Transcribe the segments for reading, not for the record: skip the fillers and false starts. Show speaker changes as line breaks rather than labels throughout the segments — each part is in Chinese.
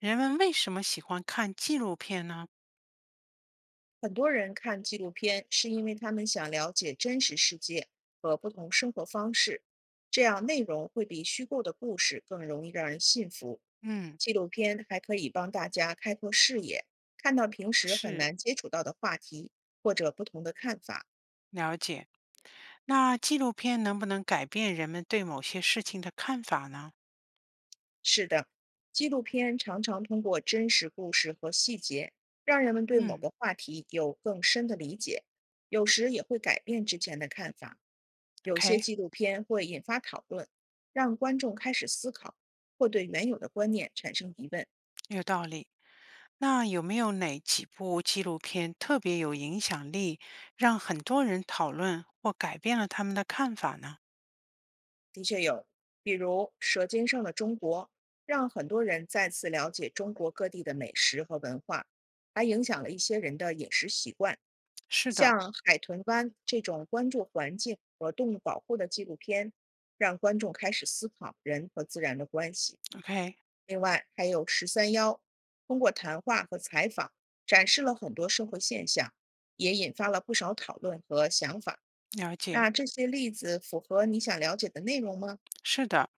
人们为什么喜欢看纪录片呢？
很多人看纪录片是因为他们想了解真实世界和不同生活方式，这样内容会比虚构的故事更容易让人信服。
嗯，
纪录片还可以帮大家开拓视野，看到平时很
是，
难接触到的话题或者不同的看法。
了解。那纪录片能不能改变人们对某些事情的看法呢？
是的，纪录片常常通过真实故事和细节，让人们对某
嗯
个话题有更深的理解，有时也会改变之前的看法。有些
，OK,
纪录片会引发讨论，让观众开始思考，或对原有的观念产生疑问。
有道理。那有没有哪几部纪录片特别有影响力，让很多人讨论或改变了他们的看法呢？
的确有，比如《舌尖上的中国》，让很多人再次了解中国各地的美食和文化，还影响了一些人的饮食习惯。
是的
像海豚湾这种关注环境和动物保护的纪录片，让观众开始思考人和自然的关系。
，OK,
另外，还有“十三幺”，通过谈话和采访展示了很多社会现象，也引发了不少讨论和想法。
了解。
那这些例子符合你想了解的内容吗？
是的，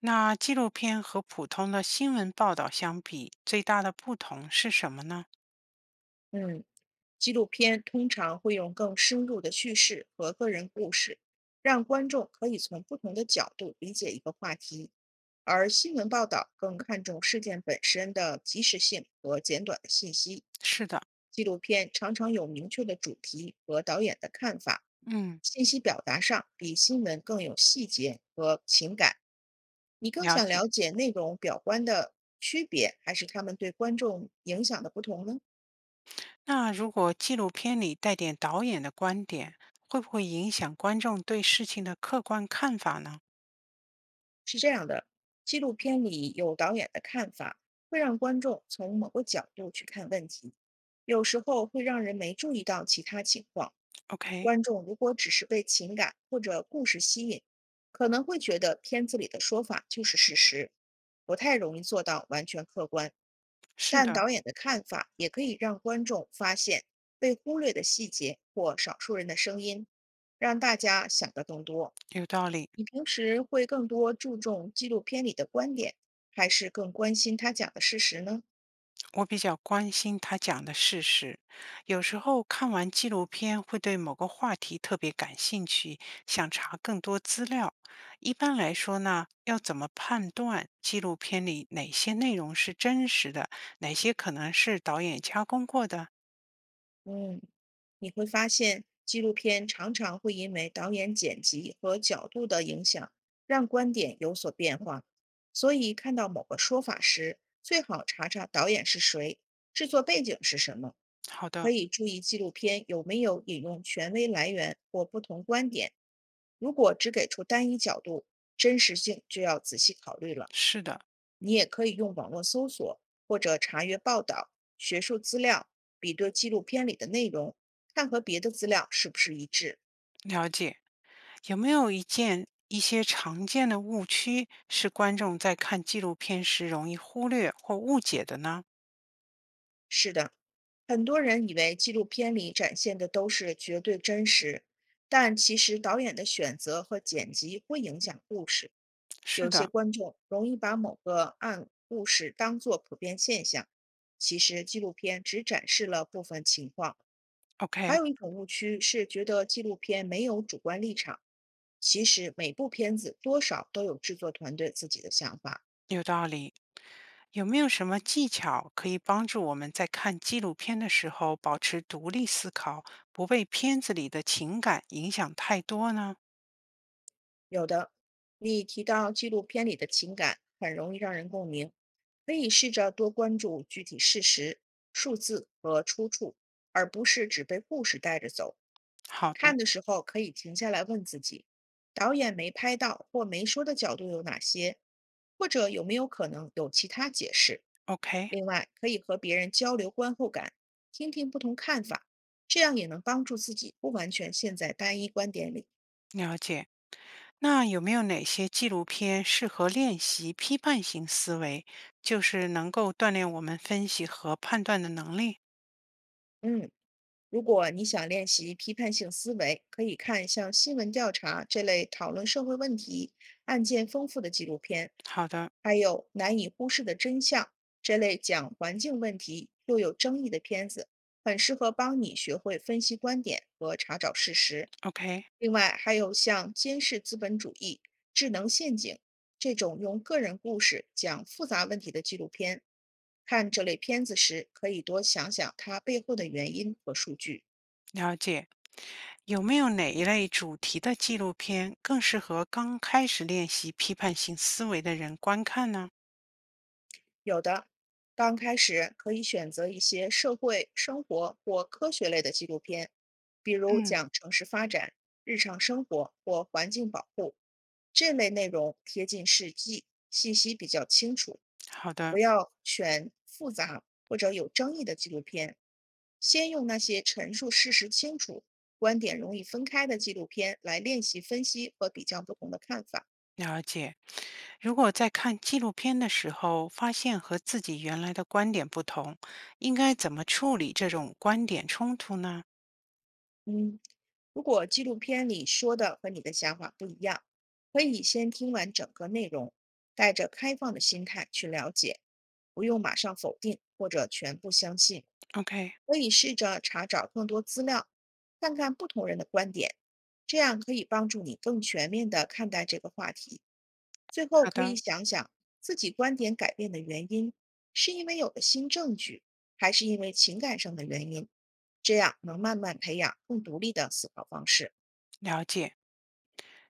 那纪录片和普通的新闻报道相比，最大的不同是什么呢？
嗯，纪录片通常会用更深入的叙事和个人故事，让观众可以从不同的角度理解一个话题，而新闻报道更看重事件本身的及时性和简短的信息。
是的，
纪录片常常有明确的主题和导演的看法，
嗯，
信息表达上比新闻更有细节和情感。你更
了
想
解。
了解内容表观的区别，还是他们对观众影响的不同呢？
那如果纪录片里带点导演的观点，会不会影响观众对事情的客观看法呢
是这样的，纪录片里有导演的看法，会让观众从某个角度去看问题，有时候会让人没注意到其他情况。
？OK,
观众如果只是被情感或者故事吸引，可能会觉得片子里的说法就是事实，不太容易做到完全客观。
是
但
的，
导演的看法也可以让观众发现被忽略的细节或少数人的声音，让大家想得更多。
有道理。
你平时会更多注重纪录片里的观点，还是更关心他讲的事实呢？
我比较关心他讲的事实。有时候看完纪录片会对某个话题特别感兴趣，想查更多资料。一般来说呢，要怎么判断纪录片里哪些内容是真实的，哪些可能是导演加工过的？
嗯，你会发现纪录片常常会因为导演剪辑和角度的影响，让观点有所变化。所以看到某个说法时，最好查查导演是谁，制作背景是什么，
好
可
的，
以注意纪录片有没有引用权威来源或不同观点。如果只给出单一角度，真实性就要仔细考虑了。
是的，
你也可以用网络搜索或者查阅报道、学术资料，比对纪录片里的内容，看和别的资料是不是一致。
了解。有没有一些常见的误区是观众在看纪录片时容易忽略或误解的呢？
是的，很多人以为纪录片里展现的都是绝对真实，但其实导演的选择和剪辑会影响故事。有
是
些
的
观众容易把某个案故事当作普遍现象，其实纪录片只展示了部分情况。还
，OK,
有一种误区是觉得纪录片没有主观立场，其实每部片子多少都有制作团队自己的想法。
有道理。有没有什么技巧可以帮助我们在看纪录片的时候保持独立思考，不被片子里的情感影响太多呢？
有的，你提到纪录片里的情感很容易让人共鸣，可以试着多关注具体事实、数字和出处，而不是只被故事带着走。
好
看
的
的时候可以停下来问自己，导演没拍到或没说的角度有哪些，或者有没有可能有其他解释。
，OK,
另外，可以和别人交流观后感，听听不同看法，这样也能帮助自己不完全陷在单一观点里。
了解。那有没有哪些纪录片适合练习批判性思维，就是能够锻炼我们分析和判断的能力？
嗯。如果你想练习批判性思维，可以看像新闻调查这类讨论社会问题、案件丰富的纪录片，
好的，
还有《难以忽视的真相》这类讲环境问题又有争议的片子，很适合帮你学会分析观点和查找事实。
OK,
另外，还有像《监视资本主义》《智能陷阱》这种用个人故事讲复杂问题的纪录片。看这类片子时，可以多想想它背后的原因和数据。
了解。有没有哪一类主题的纪录片更适合刚开始练习批判性思维的人观看呢？
有的，刚开始可以选择一些社会、生活或科学类的纪录片，比如
嗯，
讲城市发展、日常生活或环境保护。这类内容贴近实际，信息比较清楚。
好
不
的，
要选复杂或者有争议的纪录片，先用那些陈述事实清楚、观点容易分开的纪录片来练习分析和比较不同的看法。
了解。如果在看纪录片的时候发现和自己原来的观点不同，应该怎么处理这种观点冲突呢
嗯，如果纪录片里说的和你的想法不一样，可以先听完整个内容，带着开放的心态去了解，不用马上否定或者全部相信。
？OK,
可以试着查找更多资料，看看不同人的观点，这样可以帮助你更全面地看待这个话题。最后
好
可以
的，
想想自己观点改变的原因，是因为有了新证据，还是因为情感上的原因？这样能慢慢培养更独立的思考方式。
了解。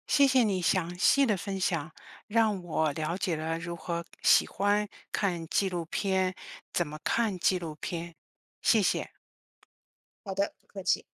谢谢你详细的分享，让我了解了如何喜欢看纪录片，怎么看纪录片。谢谢。
好的，不客气。